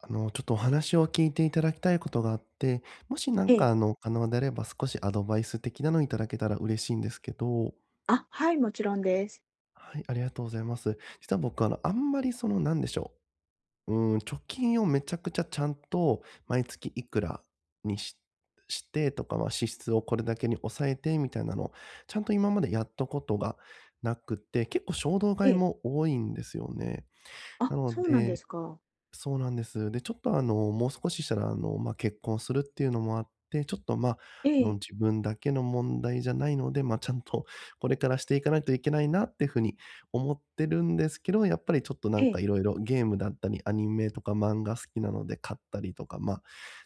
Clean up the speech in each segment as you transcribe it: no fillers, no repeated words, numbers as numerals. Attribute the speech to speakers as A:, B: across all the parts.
A: ちょっとお話を聞いていただきたいことがあって、もし
B: ええ。
A: 可能であれば少しアドバイス的なのいただけたら嬉しいんですけど、
B: あ、はい、もちろんです。
A: はい、ありがとうございます。実は僕あんまりなんでしょう、うん、貯金をめちゃくちゃちゃんと毎月いくらにしてとか、まあ、支出をこれだけに抑えてみたいなのちゃんと今までやったことがなくて、結構衝動
B: え
A: 買い
B: え。
A: も多いんですよね。
B: あ、
A: なの
B: そうなんで
A: で
B: すか。
A: そうなんです。で、ちょっとあの、もう少ししたら、まあ、結婚するっていうのもあって、ちょっと、まあ、
B: ええ、
A: 自分だけの問題じゃないので、まあ、ちゃんとこれからしていかないといけないなっていうふうに思ってるんですけど、やっぱりちょっとな
B: え
A: んか
B: え。
A: いろいろゲームだったり、アニメとか漫画好きなので買ったりとか、まあ、っ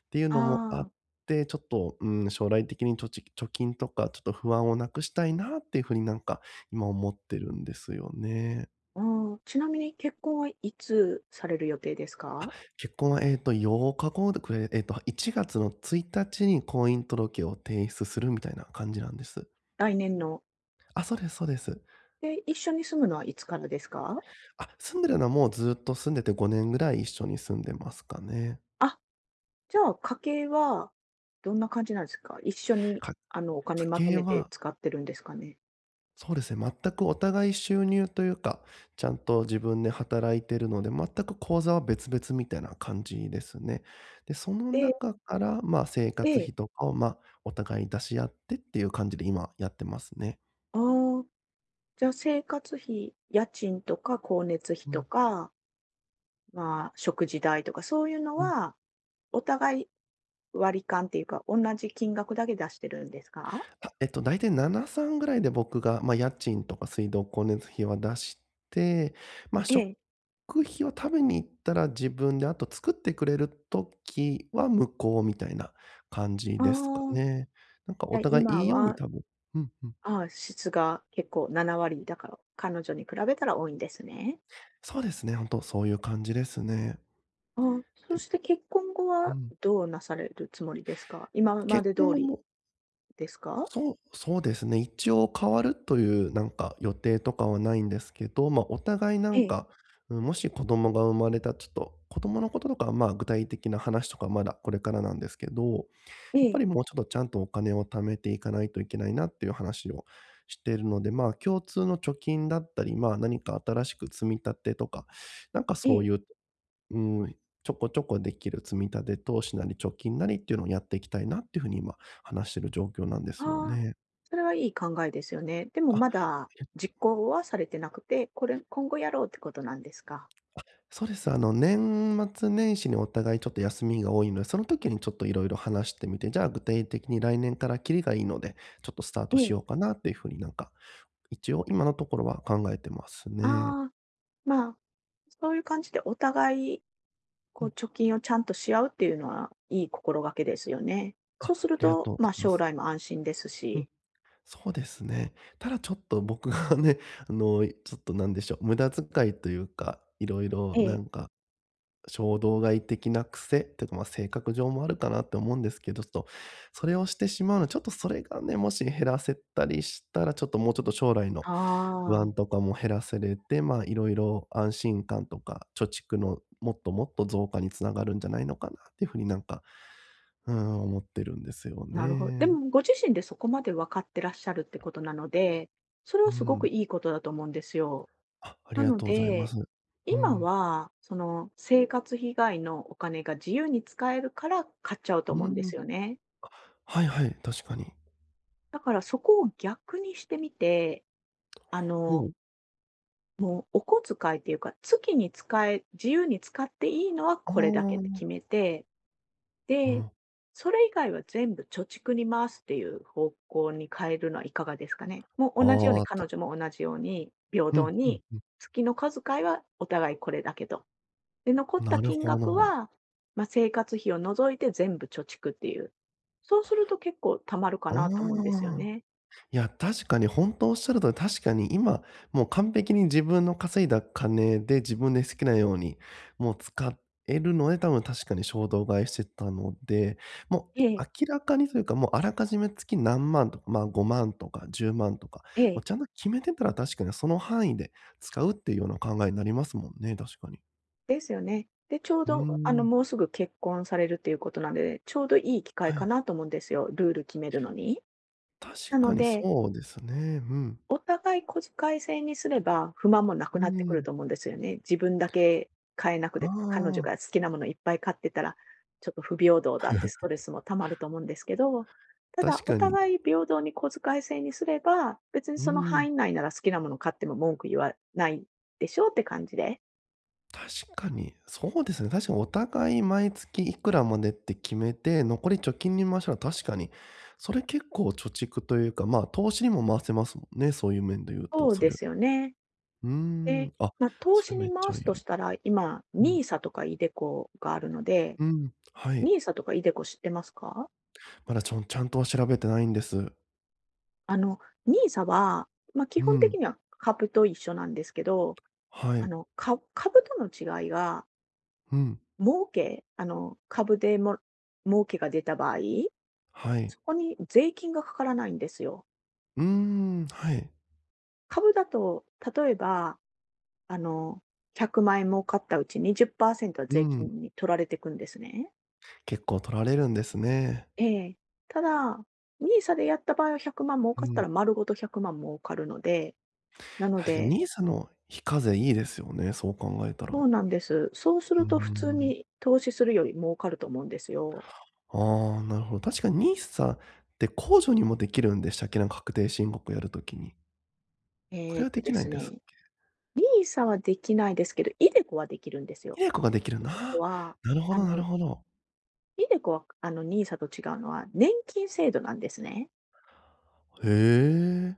A: ていう
B: あ
A: のもあっ
B: あ、
A: て、ちょっと、うん、将来的に貯金とかちょっと不安をなくしたいなっていうふうに今思ってるんですよね。
B: うん。ちなみに結婚はいつされる予定ですか？
A: 結婚は、8日後でくれ1月の1日に婚姻届を提出するみたいな感じなんです。
B: 来年の。
A: あ、そうです。
B: で、一緒に住むのはいつからですか？
A: あ、住んでるのはもうずっと住んでて5年ぐらい一緒に住んでますかね。
B: あ、じゃあ家計はどんな感じなんですか？一緒に
A: か
B: お金まと
A: 家計
B: めて
A: は、
B: 使ってるんですかね？
A: そうですね、全くお互い収入というか、ちゃんと自分で働いてるので、全く口座は別々みたいな感じですね。で、その
B: ええ、
A: 中から、まあ、生
B: え
A: 活
B: え。
A: 費とかを、まあ、お互い出し合ってっていう感じで今やってますね。
B: ああ、じゃあ生活費、家賃とか光熱費
A: う
B: と
A: ん、
B: か、まあ、食事代とかそういうの
A: うん。
B: は、お互い割り勘っていうか、同じ金額だけ出してるんですか？
A: あ、大体7、3ぐらいで僕が、まあ、家賃とか水道、光熱費は出して、まあ、
B: え
A: 食
B: え。
A: 費を食べに行ったら自分で、あと作ってくれる時は向こうみたいな感じ
B: あ
A: ですか
B: あ、
A: ね。なんか
B: じ
A: お
B: ゃ、
A: 互い
B: 今
A: いいように
B: は、
A: 多分うんうん。
B: ああ、質が結構7割だから、彼女に比べたら多いんですね。
A: そうですね、本当そういう感じですね。
B: ああ、そ
A: で、
B: して結婚後
A: う
B: は
A: ん。
B: どうなされるつもりですか？今ま
A: 結
B: で通
A: 婚後
B: り
A: も
B: ですか？
A: そうそうですね。一応変わるというなんか予定とかはないんですけど、ま、お互いな
B: え
A: ん
B: え、
A: か、うん、もし子供が生まれたちょっと、子供のこととかは、まあ、具体的な話とかまだこれからなんですけど、や
B: え
A: っぱ
B: え、
A: りもうちょっとちゃんとお金を貯めていかないといけないなっていう話をしているので、まあ、共通の貯金だったり、まあ、何か新しく積み立てとか、なんか
B: え
A: そう
B: え。
A: いう、うん、ちょこちょこできる積み立て投資なり貯金なりっていうのをやっていきたいなっていうふうに今話してる状況なんですよ
B: ああ、
A: ね。
B: それはいい考えですよね。でも
A: あ、
B: まだ実行はされてなくて、これ今後やろうってことなんですか？
A: そうです。年末年始にお互いちょっと休みが多いので、その時にちょっといろいろ話してみて、じゃあ具体的に来年からキリがいいので、ちょっとスタート
B: え
A: し
B: え。
A: ようかなっていうふうに一応今のところは考えてますね。
B: ああ、まあ、そういう感じでお互いこ
A: う
B: う、
A: ん。
B: 貯金をちゃんとし合うっていうのは、いい心がけですよね。
A: あ、
B: そうする
A: ありがと
B: と、
A: うござ
B: ま、
A: いま
B: 将
A: す。
B: 来も安心です
A: うん、
B: し。
A: そうですね。ただちょっと僕がね、ちょっとなんでしょう、無駄遣いというか、いろいろ
B: え
A: な
B: え。
A: んか衝動買い的な癖っていうか、まあ、性格上もあるかなって思うんですけど、ちょっとそれをしてしまうのちょっとそれがね、もし減らせたりしたら、ちょっともうちょっと将来の
B: あ
A: 不
B: あ、
A: 安とかも減らせれて、まあ、いろいろ安心感とか、貯蓄のもっともっと増加に繋がるんじゃないのかなっていうふうにうん、思ってるんですよ
B: なるほど。で
A: ね。
B: もご自身でそこまで分かってらっしゃるってことなので、それ
A: う
B: はすごく
A: ん。
B: いいことだと思うんですよ。
A: あ、あり
B: な
A: が
B: の
A: とうございます。
B: で、
A: う
B: 今
A: ん。
B: は、その、生活費以外のお金が自由に使えるから買っちゃうと
A: う
B: 思うんで
A: ん。
B: すよね。
A: はいはい、確かに。
B: だからそこを逆にしてみて、あ
A: ほ
B: の
A: う。
B: もうお小遣いっていうか、月に自由に使っていいのは
A: あ
B: これだけって
A: あ。
B: 決めて、
A: う
B: で、
A: ん。
B: それ以外は全部貯蓄に回すっていう方向に変えるのはいかがですかね。もう
A: あ
B: 同じよう
A: あ、
B: に
A: あっ
B: 彼
A: た。
B: 女も同じように平
A: うん、
B: 等
A: うん
B: に、
A: うん。
B: 月の小遣いはお互いこれだけと。で、残っ
A: な
B: た
A: る
B: 金
A: ほ
B: 額
A: ど。
B: は、まあ、生活費を除いて全部貯蓄っていう。そうすると結構貯まるか
A: あ
B: なと思うんですよ
A: あ。
B: ね。
A: いや、確かに本当おっしゃるとり、確かに今、もう完璧に自分の稼いだ金で自分で好きなように、もう使えるので、多分確かに衝動買いしてたので、もう、
B: ええ、
A: 明らかにというか、もうあらかじめ月何万とか、まあ、5万とか10万とか、
B: え
A: もう
B: え。
A: ちゃんと決めてたら確かにその範囲で使うっていうような考えになりますもんね、確かに。
B: ですよね。で、ちょう
A: うー
B: ど、
A: ん、
B: もうすぐ結婚されるっていうことなんで、ちょうどいい機会
A: は
B: か
A: い。
B: なと思うんですよ、ルール決めるのに。
A: 確
B: な
A: か
B: の
A: に
B: で、
A: そうですね。うん。
B: お互い小遣い制にすれば、不満もなく
A: う
B: なってくる
A: ん。
B: と思うんですよね。自分だけ買えなく
A: あ
B: て、彼女
A: あ。
B: が好きなものいっぱい買ってたら、ちょっと不平等だってストレスもたまると思うんですけど、ただ、
A: 確
B: お
A: かに。
B: 互い平等に小遣い制にすれば、別に
A: うー
B: その範
A: ん、
B: 囲内なら好きなもの買っても文句言わないでしょうって感じで。
A: 確かに。そうですね、確かにお互い毎月いくらまでって決めて、残り貯金に回したら確かに、それ結構貯蓄というか、ま、投資にも回せますもんね、そういう面で言うと、
B: そう
A: そ
B: で
A: れ。
B: すよね。
A: うー
B: え
A: ん、あ、
B: まあ投
A: それ
B: 資
A: めっ
B: に
A: ち
B: 回
A: ゃい
B: すと
A: い。
B: したら、今、
A: うん、
B: ニーサとかイデコがあるので、
A: うん、はい。
B: ニーサとかイデコ知ってますか？
A: まだちょんちゃんとは調べてないんです。
B: あの、ニーサは、まあ、基
A: う
B: 本的
A: ん、
B: には株と一緒なんですけど、
A: はい、
B: 株との違いが、
A: うん、
B: 儲けあの、株でも儲けが出た場合、
A: はい。
B: そこに税金がかからないんですよ。
A: うーん、はい。
B: 株だと、例えば、あの、100万円儲かったうち20％は
A: う
B: 税
A: ん、
B: 金に取られていくんですね。
A: 結構取られるんですね。
B: ええ。ただ、ニーサでやった場合は100万儲
A: う
B: かった
A: ん。
B: ら丸ごと100万儲かるので、なの
A: 確かに
B: で
A: ニーサの非課税いいですよね、そう考えた
B: そ
A: ら。
B: うなんです。そうす
A: う
B: る
A: ー
B: と普通
A: ん。
B: に投資するより儲かると思うんですよ。
A: ああ、なるほど。確かにニーサって控除にもできるんでしたっけ？なんか確定申告やるときに。これはでき
B: で
A: ない
B: す
A: んです。
B: ね、ニー s はできないですけど、イデコはできるんですよ。
A: iDeCo ができる
B: ここ
A: な、
B: は、
A: なるほ
B: あ
A: どなる
B: の、
A: ほど。
B: イデコはニー s と違うのは、年金制度なんですね。
A: へえ。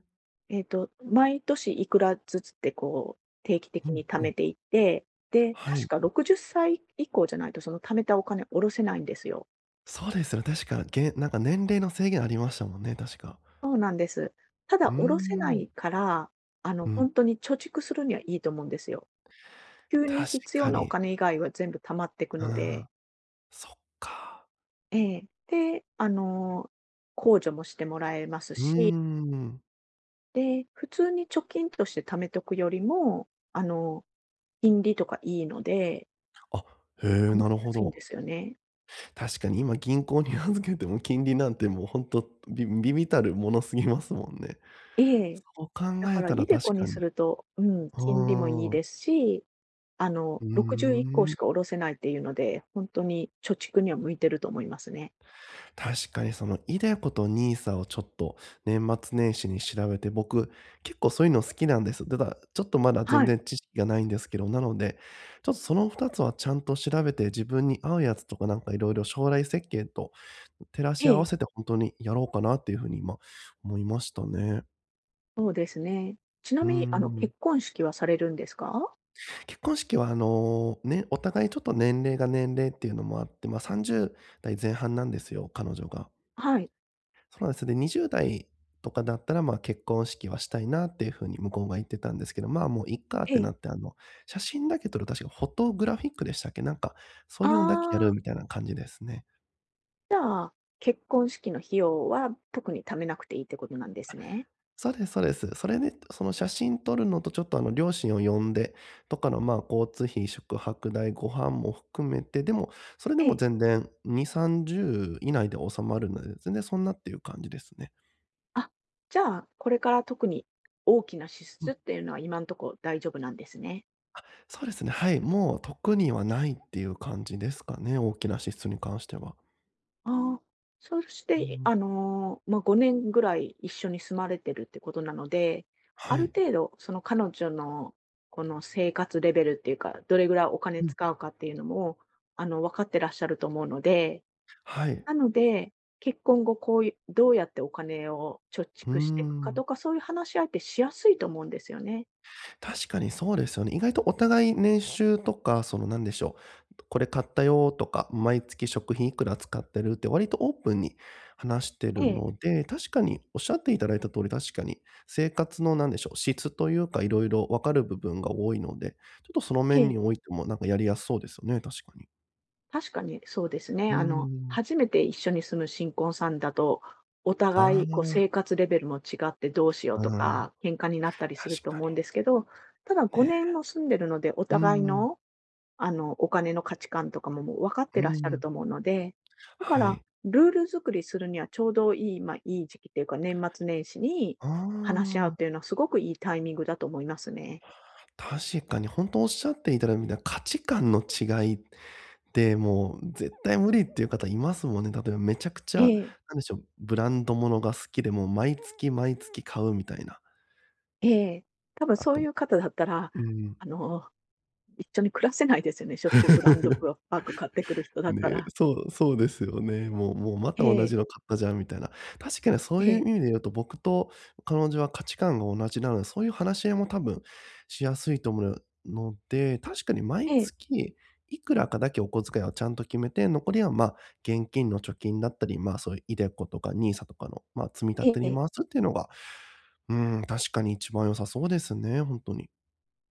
B: 毎年いくらずつってこう、定期
A: う
B: 的
A: ん
B: に貯
A: う
B: め
A: ん。
B: ていって、で、
A: は
B: 確
A: い。
B: か60歳以降じゃないとその貯めたお金下ろせないんですよ。
A: そうですよね、確か、げ年齢の制限ありましたもんね、確か。
B: そうなんです。た
A: う
B: だ、
A: ー
B: おろせな
A: ん。
B: いから、
A: う
B: ほ
A: ん、
B: んとに貯蓄するにはいいと思うんですよ。急に
A: 確
B: 必要
A: か
B: なお
A: に。
B: 金以外は全部貯まってく
A: う
B: の
A: ん。
B: で、
A: そっか。
B: ええ。で、控除もしてもらえます
A: うー
B: し、
A: ん。
B: で、普通に貯金として貯めとくよりも、金利とかいいので、
A: あ、へえ、
B: 貯ま
A: な
B: り
A: る
B: や
A: ほ
B: すいんで
A: ど。
B: すよね。
A: 確かに今銀行に預けても金利なんてもうほんと、び微々たるものすぎますもんね。
B: ええ。
A: そう考
B: だか
A: え
B: ら
A: たら
B: イデ
A: 確
B: コに
A: か
B: す
A: に。
B: ると、うん、
A: う
B: 金利もいい
A: ーん。
B: ですし、
A: う
B: 61個
A: ー
B: し
A: ん。
B: か下ろせないっていうので、ほんとに貯蓄には向いてると思いますね。
A: 確かにそのイデコとニーサをちょっと年末年始に調べて、僕結構そういうの好きなんです。ただ、ちょっとまだ
B: は
A: 全
B: い。
A: 然知識がないんですけど、なので、ちょっとその2つはちゃんと調べて、自分に合うやつとか色々将来設計と照らし
B: え
A: 合わ
B: え、
A: せてほんとにやろうかなっていう風に今思いましたね。
B: そうですね。ちな
A: うー
B: みに、
A: ん。
B: 結婚式はされるんですか？
A: 結婚式はね、お互いちょっと年齢が年齢っていうのもあって、まあ、30代前半なんですよ、彼女が。
B: はい。
A: そうなんです。で、20代とかだったら、まあ、結婚式はしたいなっていう風に向こうが言ってたんですけど、まあ、もういっかっ
B: え
A: てな
B: え。
A: って、写真だけ撮る、確かフォトグラフィックでしたっけ？なんか、そ
B: あ
A: ういうのだけやる
B: あ、
A: みたいな感じですね。
B: じゃあ、結婚式の費用は特に貯めなくていいってことなんですね。
A: そうです。それで、その写真撮るのとちょっとあの両親を呼んでとかのまあ交通費、宿泊代、ご飯も含めて、でも、それで
B: え
A: も
B: え。
A: 全然2、30以内で収まるので、全然そんなっていう感じですね。
B: あ、じゃあ、これから特に大きな支
A: う
B: 出っ
A: ん。
B: ていうのは今んとこ大丈夫なんですね。
A: そうですね、はい、もう特にはないっていう感じですかね、大きな支出に関しては。
B: ああ、そし
A: う
B: て、
A: ん。
B: まあ、5年ぐらい一緒に住まれてるってことなので、あ
A: は
B: る
A: い。
B: 程度、その彼女のこの生活レベルっていうか、どれぐらいお金
A: うん。
B: 使うかっていうのも、分かってらっしゃると思うので、
A: はい。
B: なので、結婚後こういうどうやってお金を貯
A: うー
B: 蓄していくか
A: ん。
B: とか、そういう話し合いってしやすいと思うんですよね。
A: 確かにそうですよね。意外とお互い年収とか、そのなんでしょう、これ買ったよとか、毎月食費いくら使ってるって割とオープンに話して
B: え
A: る
B: え、
A: ので、確かにおっしゃっていただいた通り、確かに生活のなんでしょう、質というかいろいろ分かる部分が多いので、ちょっとその
B: え
A: 面
B: え。
A: においてもなんかやりやすそうですよね、確かに。
B: 確かにそうですね。
A: うーん。
B: 初めて一緒に住む新婚さんだと、お
A: あ
B: 互いこう生活レベルも違ってどうしよう
A: あ、う
B: と
A: ーん、確
B: か、喧嘩になったりすると
A: か
B: 思
A: に
B: うんですけど、ただ5年
A: ね。
B: も住んでるので、お
A: う
B: 互い
A: んうん。
B: の、お金の価値観とかももう分かっ
A: う
B: てらっしゃる
A: ん。
B: と思うので、だか
A: は
B: ら、
A: い。
B: ルール作りするにはちょうどいい、まあ、いい時期っていうか、年末年始に
A: あ
B: 話し合うってい
A: あ。
B: うのはすごくいいタイミングだと思いますね。
A: 確かに本当おっしゃっていただいたみたいな価値観の違いで、もう絶対無理っていう方いますもんね。例えばめちゃくちゃ、
B: え
A: な
B: え、
A: んでしょう、ブランドものが好きで、もう毎月毎月買うみたいな。
B: ええ。多分
A: あ
B: そう
A: と
B: いう方だったら、
A: うん。
B: あの、一緒に暮らせないですよね、しょっちゅうブランド バッグ買ってくる人だった
A: ね、
B: ら。
A: そうですよね。もうま
B: え
A: た同
B: え、
A: じの買ったじゃんみたいな。確かにそう
B: え
A: いう
B: え、
A: 意味で言うと、僕と彼女は価値観が同じなので、そういう話し合いも多分しやすいと思うので、確かに毎
B: ええ、
A: 月いくらかだけお小遣いをちゃんと決めて、残りは、ま、現金の貯金だったり、ま、そういう i とかニーサとかの、ま、積み立
B: え
A: てに
B: え、
A: 回すっていうのが、うん、確かに一番良さそうですね、本当に。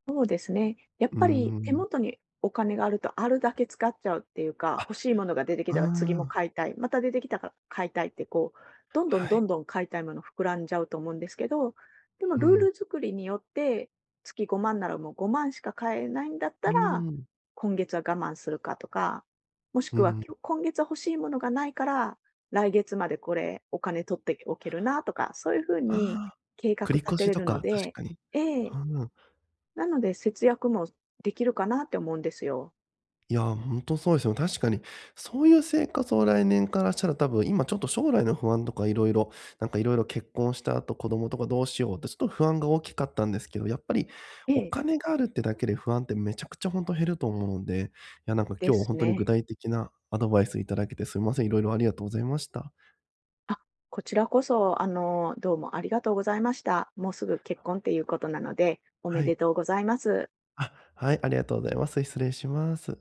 B: そうですね。やっ
A: うー
B: ぱり手
A: ん。
B: 元にお金があるとあるだけ使っちゃうっていうか、欲しいものが出てき
A: あ、う
B: たら次も
A: ん。
B: 買いたい、また出てきたから買いたいってこう、どんどん
A: は
B: ど
A: い。
B: んどん買いたいもの膨らんじゃうと思うんですけど、でも
A: う
B: ルー
A: ん。
B: ル作りによって月5万ならもう5万しか買えないんだっ
A: う
B: た
A: ー
B: ら、
A: ん。
B: 今月は我慢するかとか、もし
A: う
B: くは
A: ん。
B: 今月は欲しいものがないから、来月までこれお金取っておけるなとか、そういうふう
A: あ
B: に
A: あ、
B: 計画
A: 繰り
B: 立
A: 越
B: て
A: し
B: れ
A: と
B: るの
A: か、確
B: で、
A: かに。
B: ええ、
A: うん。
B: なので、節約もできるかなって思うんですよ。
A: いや、ほんとそうですよ。確かに、そういう生活を来年からしたら多分、今ちょっと将来の不安とかいろいろいろいろ結婚した後、子供とかどうしようってちょっと不安が大きかったんですけど、やっぱり
B: え
A: お
B: え、
A: 金があるってだけで不安ってめちゃくちゃほんと減ると思うんで、いや、
B: で
A: 今日ほ
B: す
A: んとに具
B: ね。
A: 体的なアドバイスいただけてすいません。いろいろありがとうございました。
B: あ、こちらこそ、どうもありがとうございました。もうすぐ結婚っていうことなので、おめ
A: は
B: で
A: い。
B: とうございます。
A: あ、はい、ありがとうございます。失礼します。